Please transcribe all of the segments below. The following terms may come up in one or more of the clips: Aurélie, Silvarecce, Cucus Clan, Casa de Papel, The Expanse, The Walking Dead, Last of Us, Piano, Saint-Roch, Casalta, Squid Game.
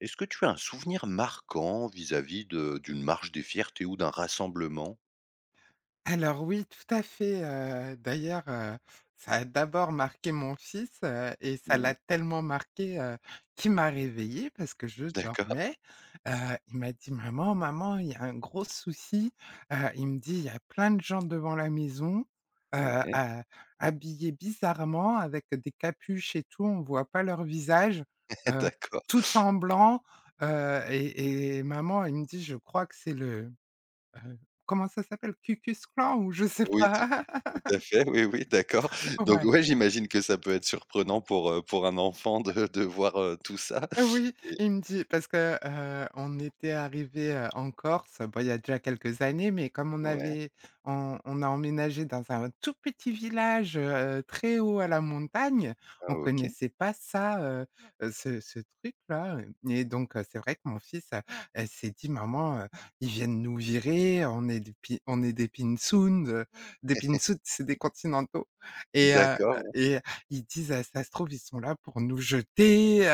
Est-ce que tu as un souvenir marquant vis-à-vis de d'une marche des fiertés ou d'un rassemblement? Alors oui, tout à fait, d'ailleurs, ça a d'abord marqué mon fils, et ça Mmh. l'a tellement marqué, qu'il m'a réveillée parce que je D'accord, dormais. Heu, il m'a dit: «Maman, maman, il y a un gros souci». Il me dit: «Il y a plein de gens devant la maison, ouais, ha habillés bizarrement avec des capuches et tout, on voit pas leur visage, heu, d'accord. tout en blanc». Et maman, il me dit: «Je crois que c'est le». Heu, Comment ça s'appelle? Cucus Clan ou je sais Oui, tout pas. tout à fait, oui, oui, d'accord. Donc Ouais. ouais, j'imagine que ça peut être surprenant pour un enfant de voir, tout ça Ah oui, et il me dit parce que, on était arrivé en Corse, bon, il y a déjà quelques années, mais comme on ouais, avait on a emménagé dans un tout petit village, très haut à la montagne, ah on OK. connaissait pas ça, ce truc-là. Et donc c'est vrai que mon fils, s'est dit: «Maman, ils viennent nous virer, on est des pi on est des pinsounds, c'est des continentaux. et heu D'accord, ouais. et ils disent: Ça se trouve, ils sont là pour nous jeter».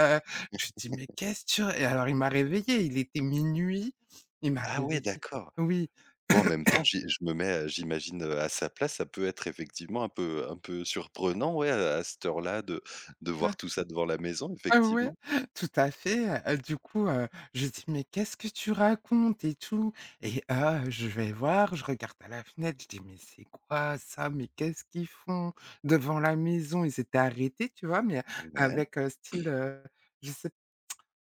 Je lui dis: «Mais qu'est-ce que tu r» et alors il m'a réveillée, il était minuit, il m'a Ah ouais, réveillée. d'accord. Oui. Bon, en même temps, j'y je me mets, j'imagine, à sa place, ça peut être effectivement un peu surprenant, ouais, à cette heure-là de Ah, voir tout ça devant la maison, ah ouais, effectivement. tout à fait, du coup, je lui dis: «Mais qu'est-ce que tu racontes et tout?». Et ah, je vais voir, je regarde à la fenêtre, je dis: «Mais c'est quoi ça? Mais qu'est-ce qu'ils font?». Devant la maison, ils étaient arrêtés, tu vois? Mais Ouais, avec, style, je sais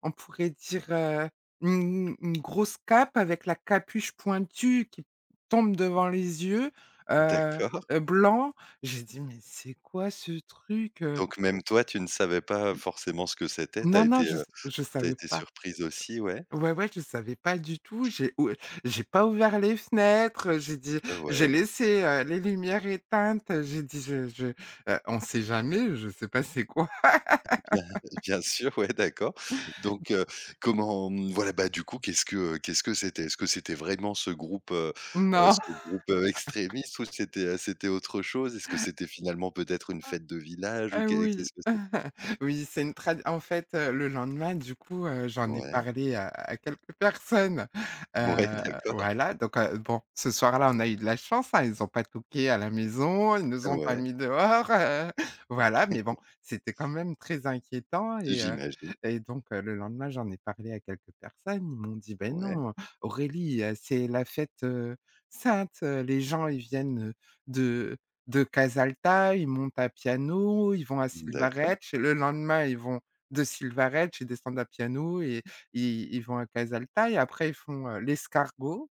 On pourrait dire, une grosse cape avec la capuche pointue qui tombe devant les yeux, heu d'accord. Blanc. J'ai dit: «Mais c'est quoi ce truc?» Donc même toi, tu ne savais pas forcément ce que c'était. Non, non, je s je Tu as savais été pas. surprise aussi, ouais. Ouais, ouais, je savais pas du tout. J'ai pas ouvert les fenêtres, j'ai dit j'ai Ouais, laissé, les lumières éteintes, j'ai dit: On sait jamais, je sais pas c'est quoi». bien bien sûr, ouais, d'accord. Donc comment, mmh, voilà, bah, du coup, qu'est-ce que c'était? Est-ce que c'était vraiment ce Non. groupe, extrémiste ou c'était, c'était autre chose? Est-ce que c'était finalement peut-être une fête de village ou Ah oui. qu'est-ce que c'était? Oui, c'est une trad en fait, le lendemain, du coup, j'en ai Ouais, parlé à quelques personnes, ouais, d'accord, voilà, donc bon, ce soir-là, on a eu de la chance, hein, ils n'ont pas toqué à la maison, ils nous ont pas ouais, mis dehors, voilà, mais bon, c'était quand même très inquiétant. j'imagine. Et donc le lendemain, j'en ai parlé à quelques personnes, ils m'ont dit: ben Ouais, non, Aurélie, c'est la fête, sainte, les gens, ils viennent, de de Casalta, ils montent à Piano, ils vont à d'accord, Silvarecce. Le lendemain, ils vont de Silvarecce, ils descendent à Piano et ils vont à Casalta. Et après ils font, l'escargot,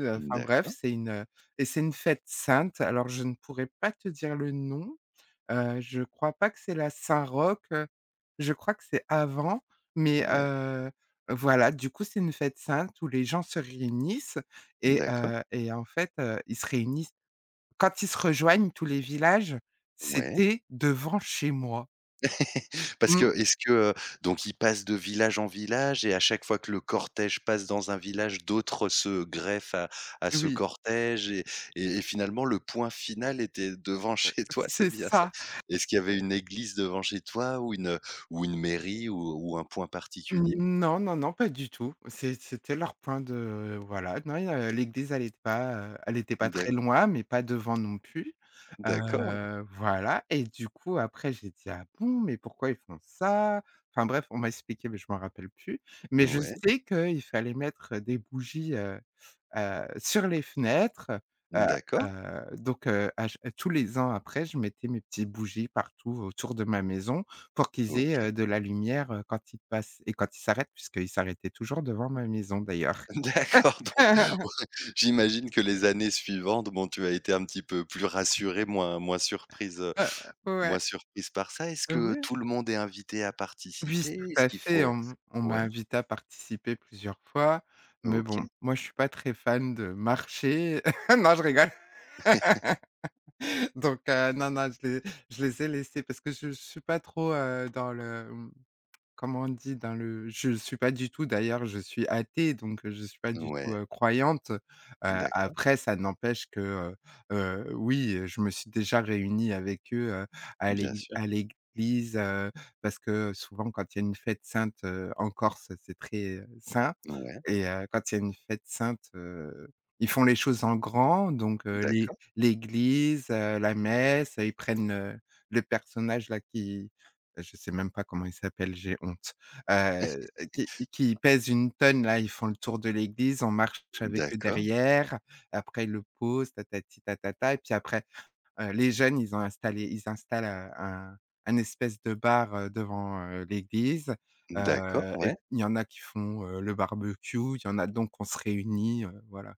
enfin bref, d'accord, c'est une fête sainte. Alors je ne pourrais pas te dire le nom, je crois pas que c'est la Saint-Roch, je crois que c'est avant, mais ouais, voilà, du coup, c'est une fête sainte où les gens se réunissent. et d'accord, heu et en fait, ils se réunissent quand ils se rejoignent, tous les villages, ouais. c'était devant chez moi. Parce Mmh, que est-ce que, donc ils passent de village en village et à chaque fois que le cortège passe dans un village, d'autres se greffent à ce oui, cortège et finalement le point final était devant chez toi, c'est c'est bien ça? ça. Est-ce qu'il y avait une église devant chez toi ou une mairie ou un point particulier? Non, non, non, pas du tout. C'était leur point de voilà, non, il y a l'église, elle était pas très D'ac loin, mais pas devant non plus. d'accord, Voilà et du coup, après, j'ai dit: «Ah bon, mais pourquoi ils font ça?». Enfin bref, on m'a expliqué, mais je m'en rappelle plus. Mais je ouais, sais qu'il fallait mettre, des bougies, sur les fenêtres, heu d'accord, donc à ch tous les ans après, je mettais mes petites bougies partout autour de ma maison pour qu'ils aient, OK. De la lumière, quand ils passent et quand ils s'arrêtent, puisqu'ils s'arrêtaient toujours devant ma maison d'ailleurs. D'accord, donc ouais, j'imagine que les années suivantes, bon, tu as été un petit peu plus rassurée, moins surprise, Heu, ouais, Moi, surprise par ça, est-ce que ouais. tout le monde est invité à Oui, s participer? tout Est-ce à qu'il fait, faut, on m'a ouais, invité à participer plusieurs fois, mais bon, OK, moi je suis pas très fan de marcher. Non, je rigole. Donc, non, non, je les ai laissés parce que je suis pas trop, dans le comment on dit dans le je suis pas du tout d'ailleurs, je suis athée, donc je suis pas du tout, ouais, croyante. D'accord, Après ça n'empêche que, heu oui, je me suis déjà réunie avec eux, bien sûr, à l'église, parce que souvent quand il y a une fête sainte, en Corse, c'est très, saint. ouais, Et quand il y a une fête sainte, ils font les choses en grand, donc d'accord, l'église, la messe, ils prennent, le personnage là qui je sais même pas comment il s'appelle, j'ai honte. Qui pèse une tonne là, ils font le tour de l'église, on marche avec eux d'accord, derrière. Après ils le posent, tatati tatata et puis après, les jeunes, ils ont installé ils installent, un espèce de bar, devant, l'église. d'accord, Et ouais. il y en a qui font, le barbecue, il y en a donc on se réunit, voilà.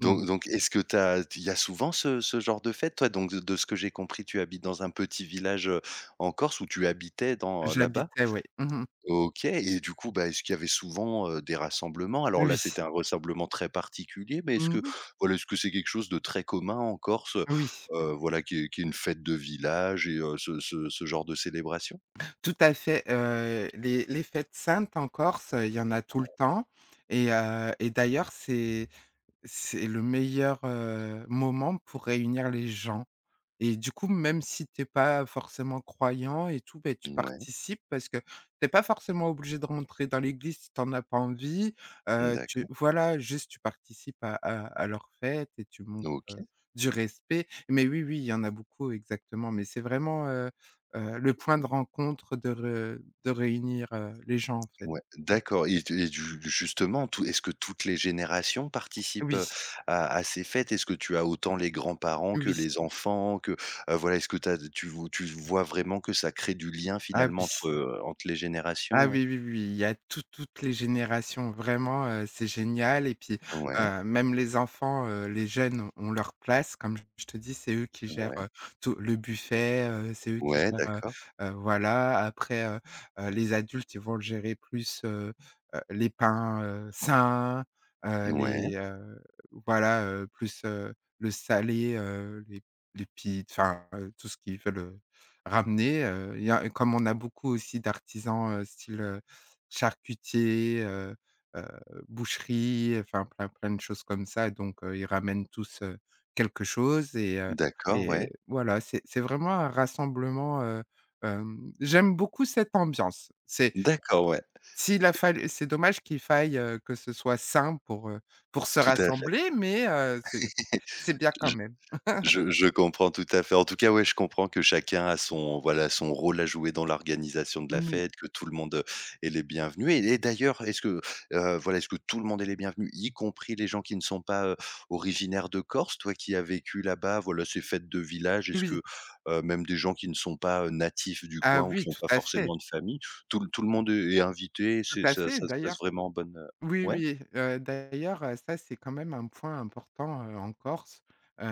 Mmh. donc est-ce que tu as il y a souvent ce genre de fête? Toi, donc de ce que j'ai compris, tu habites dans un petit village, en Corse où tu habitais dans là-bas? J'habitais, oui. Mmh. OK et du coup, bah, est-ce qu'il y avait souvent, des rassemblements? Alors là, Oui. c'était un rassemblement très particulier, mais est-ce que Mmh. voilà, est-ce que c'est quelque chose de très commun en Corse, Oui. Voilà, qu'il y ait une fête de village et ce genre de célébration? Tout à fait, les fêtes saintes en Corse, il y en a tout le temps. Et d'ailleurs c'est le meilleur, moment pour réunir les gens. Et du coup, même si t'es pas forcément croyant et tout, beh, tu Ouais, participes parce que t'es pas forcément obligé de rentrer dans l'église si tu as pas envie. Tu d'accord, Voilà, juste tu participes à leur fête et tu montres, OK, du respect. Mais oui, oui, il y en a beaucoup exactement, mais c'est vraiment, le point de rencontre de réunir, les gens en fait. ouais, Mmh. d'accord et ju justement, tout est-ce que toutes les générations participent, Oui, à ces fêtes? Est-ce que tu as autant les grands-parents que oui. les enfants que, voilà, est-ce que tu as tu vo tu vois vraiment que ça crée du lien Ah finalement oui. entre, entre les générations? Ah Ouais. oui, oui, oui, il y a toutes les générations, vraiment, c'est génial. Et puis, Ouais. Même les enfants, les jeunes ont leur place. Comme je te dis, c'est eux qui gèrent, Ouais, tout le buffet, c'est eux qui ouais, gèrent, d'accord, voilà. Après, les adultes, ils vont le gérer plus, les pains, sains, ouais, les, voilà, plus, le salé, les pizzas, enfin, tout ce qu'ils veulent, ramener, il y a comme on a beaucoup aussi d'artisans, style, charcutier, heu, boucherie, enfin plein plein de choses comme ça donc ils ramènent tous, quelque chose. et heu d'accord, et ouais, voilà, c'est vraiment un rassemblement, j'aime beaucoup cette ambiance. C'est d'accord, ouais, S'il a fallu c'est dommage qu'il faille, que ce soit sain pour se tout à fait. rassembler mais c'est bien quand même. Je comprends tout à fait. En tout cas, ouais, je comprends que chacun a son voilà, son rôle à jouer dans l'organisation de la Oui, fête, que tout le monde, est les bienvenus et d'ailleurs, est-ce que, voilà, est-ce que tout le monde est les bienvenus, y compris les gens qui ne sont pas, originaires de Corse? Toi qui as vécu là-bas, voilà, ces fêtes de village, est-ce oui. que, même des gens qui ne sont pas, natifs du Ah coin ou qui oui, n'ont pas forcément de famille, tout le monde est est invité, tout c'est à ça fait ça se passe d'ailleurs. vraiment en bonne, Oui, ouais? oui, d'ailleurs, ça, c'est quand même un point important, en Corse,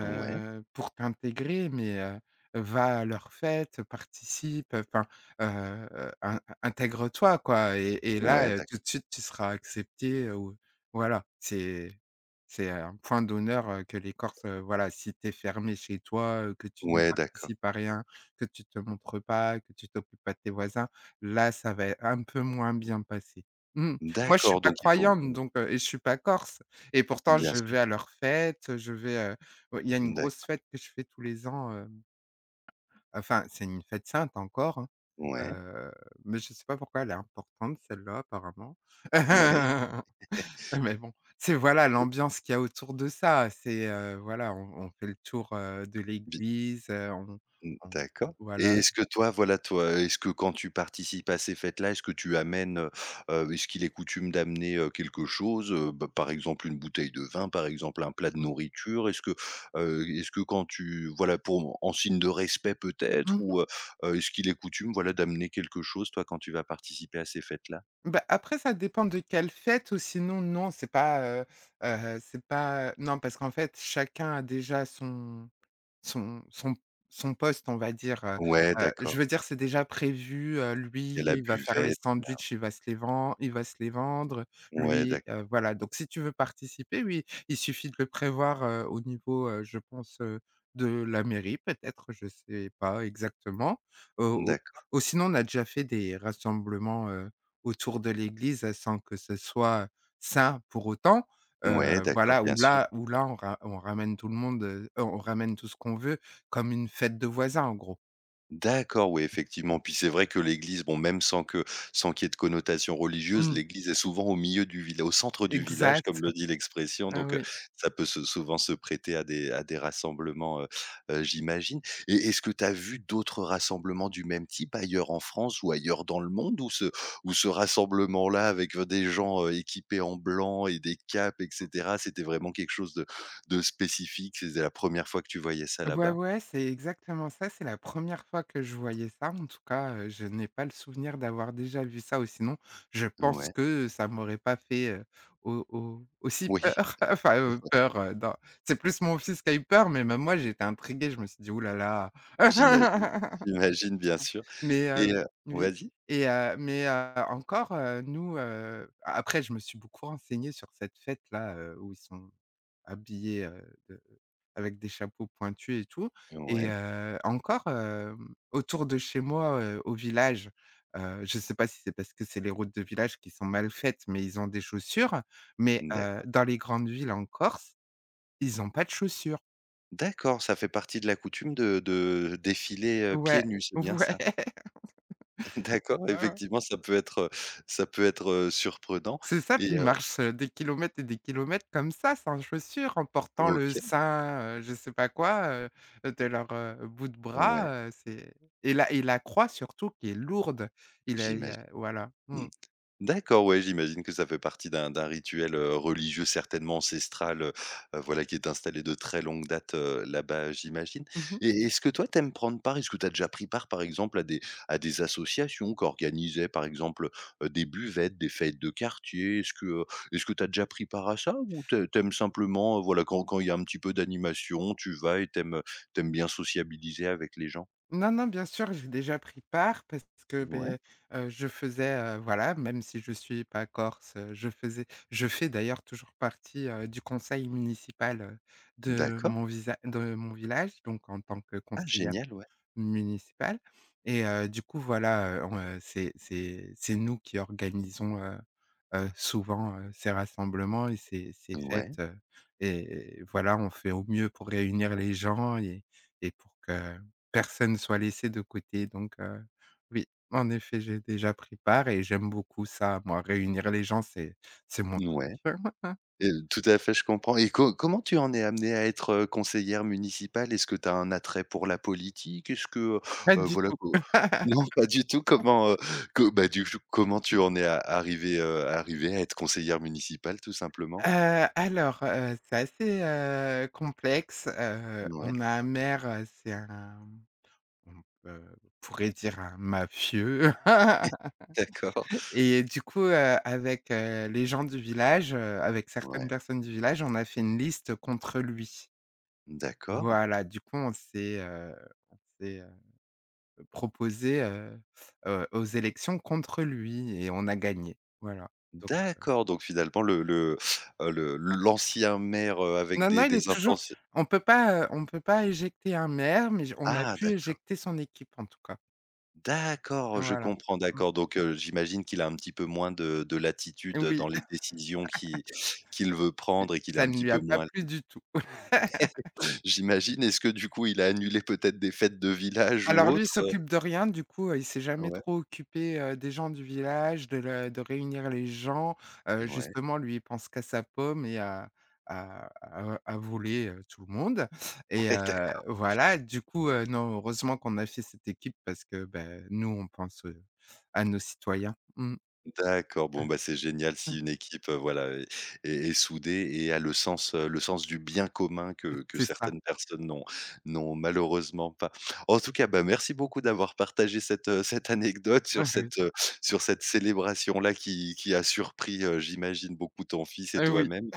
Ouais, pour t'intégrer, mais va à leurs fêtes, participe, enfin, in intègre-toi, quoi. Et ouais, là, d'ac tout de suite, tu seras accepté, ou voilà, c'est un point d'honneur, que les Corses, voilà, si t'es fermé chez toi, que tu ne ouais, d'accord. participes à rien, que tu te montres pas, que tu t'occupes pas de tes voisins, là, ça va un peu moins bien passer. Mmh. Moi, je suis D'accord, pas donc il faut, croyante mmh, donc je suis pas corse et pourtant bien je sûr. vais à leurs fêtes, je vais, ouais, il y a une grosse D'accord, fête que je fais tous les ans, enfin, c'est une fête sainte encore, hein, ouais, heu, mais je sais pas pourquoi elle est importante celle-là apparemment. ouais. Mais bon, c'est voilà l'ambiance qu'il y a autour de ça, c'est, voilà, on fait le tour, de bi l'église, on mmh, on d'accord voilà. et est-ce que toi, voilà, toi, est-ce que quand tu participes à ces fêtes-là, est-ce que tu amènes, est-ce qu'il est coutume d'amener, quelque chose, bah, par exemple une bouteille de vin, par exemple un plat de Mmh nourriture? Est-ce que quand tu voilà, pour en signe de respect peut-être mmh. ou, est-ce qu'il est coutume, voilà, d'amener quelque chose, toi, quand tu vas participer à ces fêtes-là? Bah, après ça dépend de quelle fête ou sinon non, c'est pas non parce qu'en fait chacun a déjà son son son poste, on va dire, Ouais, je d'accord. veux dire, c'est déjà prévu, Il y a lui, la il va faire les buvette, il y sandwichs, il va se les vendre, a ouais, lui, d'accord, voilà. Donc si tu veux participer, oui, il suffit de le prévoir, au niveau, je pense, de la mairie peut-être, je sais pas exactement. Ou d'accord. Sinon on a déjà fait des rassemblements, autour de l'église, sans que ce soit sain pour autant. Ouais, d'accord, Voilà, bien où sûr. là où là on ramène tout le monde, on ramène tout ce qu'on veut, comme une fête de voisins en gros. D'accord, oui, effectivement. Puis c'est vrai que l'église, bon, même sans qu'il y ait de connotation religieuse, Mmh, l'église est souvent au milieu du village, au centre du village, exact. comme le dit l'expression, Ah donc oui. ça peut se souvent se prêter à des rassemblements, j'imagine. Et est-ce que tu as vu d'autres rassemblements du même type ailleurs en France ou ailleurs dans le monde où ce rassemblement-là avec, des gens, équipés en blanc et des capes et cetera, c'était vraiment quelque chose de spécifique? C'était la première fois que tu voyais ça Ouais, là-bas? ouais, c'est exactement ça, c'est la première fois que je voyais ça en tout cas, je n'ai pas le souvenir d'avoir déjà vu ça ou sinon je pense Ouais. que ça m'aurait pas fait, au aussi Oui. peur, enfin, peur, dans c'est plus mon fils qui a eu peur, mais même moi j'étais intriguée, je me suis dit: «Ouh là là». J'imagine, j'imagine bien sûr Mais et heu, oh, oui vas-y. et heu, mais heu, encore, nous, après je me suis beaucoup renseigné sur cette fête-là, où ils sont habillés, de avec des chapeaux pointus et tout. Ouais, Encore, autour de chez moi, au village, je sais pas si c'est parce que c'est les routes de village qui sont mal faites, mais ils ont des chaussures, mais d'accord. dans les grandes villes en Corse, ils ont pas de chaussures. D'accord, ça fait partie de la coutume de défiler, pieds Ouais, nus, c'est bien ouais. ça? D'accord, Ouais, ouais. effectivement, ça peut être, surprenant C'est ça, puis et il heu marche, des kilomètres et des kilomètres comme ça, sans chaussures, en portant le OK, sein, je sais pas quoi, de leur, bout de ouais, bras, c'est et la croix surtout qui est lourde. Il y j'imagine. a voilà. Mmh. D'accord, ouais, j'imagine que ça fait partie d'un rituel, religieux certainement ancestral, voilà qui est installé de très longue date, là-bas, j'imagine. Mmh. Et est-ce que toi t'aimes prendre part? Est-ce que tu as déjà pris part, par exemple, à des associations qu'organisaient, par exemple, des buvettes, des fêtes de quartier? Est-ce que tu as déjà pris part à ça? Ou tu simplement, voilà, quand il y a un petit peu d'animation, tu vas et t'aimes bien sociabiliser avec les gens? Non, non, bien sûr, j'ai déjà pris part parce que, Ouais, ben je faisais, voilà, même si je suis pas corse, je fais d'ailleurs toujours partie, du conseil municipal, d'accord. De mon village, donc en tant que Ah conseillère génial, ouais. municipal. Du coup voilà, on, c'est nous qui organisons, souvent, ces rassemblements et ces Ouais, fêtes, et voilà, on fait au mieux pour réunir les gens et pour que personne soit laissé de côté donc oui, en effet, j'ai déjà pris part et j'aime beaucoup ça, moi, réunir les gens, c'est mon truc. ouais. Et tout à fait, je comprends et co comment tu en es amenée à être, conseillère municipale? Est-ce que tu as un attrait pour la politique? Est-ce que, Pas du voilà tout. co non, pas du tout. Comment, co bah, du coup, comment tu en es a arrivée, arrivée à être conseillère municipale, tout simplement? Alors, c'est assez, complexe, Ouais, on a un maire, c'est un on peut on pourrait dire un mafieux. d'accord. Et du coup, avec, les gens du village, avec certaines Ouais, personnes du village, on a fait une liste contre lui. d'accord. Voilà, du coup, on s'est, proposé, aux élections contre lui et on a gagné, voilà. D'accord, donc finalement le l'ancien maire, avec Non, non, il des est toujours, intentions on peut pas éjecter un maire, mais j on a ah pu d'accord. éjecter son équipe, en tout cas. D'accord, je Voilà. comprends, Mmh. d'accord, donc j'imagine qu'il a un petit peu moins de latitude Oui, dans les décisions qui qu'il veut prendre et qu'il est ça un ne petit lui peu a pas moins plu du tout. j'imagine. Est-ce que du coup, il a annulé peut-être des fêtes de village ou Alors lui, il autre, s'occupe de rien, du coup, il s'est jamais Ouais, trop occupé, des gens du village, de réunir les gens. Ouais, Justement, lui, il pense qu'à sa pomme et à voler, tout le monde. Ouais, d'accord. Voilà, du coup, non, heureusement qu'on a fait cette équipe parce que, ben nous, on pense, à nos citoyens. Mmh. D'accord, bon, bah, c'est génial si une équipe, voilà, est soudée et a le sens du bien commun que C'est ça. certaines personnes n'ont malheureusement pas. En tout cas, bah, merci beaucoup d'avoir partagé cette, cette anecdote Ah oui. Sur cette célébration-là qui a surpris, j'imagine beaucoup ton fils et Ah oui. toi-même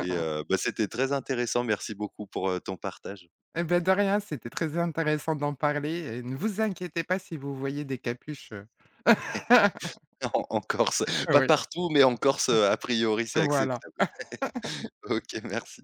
et bah, c'était très intéressant. Merci beaucoup pour, ton partage. Et bah, de rien, c'était très intéressant d'en parler et ne vous inquiétez pas si vous voyez des capuches, En en Corse, pas oui, partout, mais en Corse, a priori, c'est voilà. acceptable. OK, merci.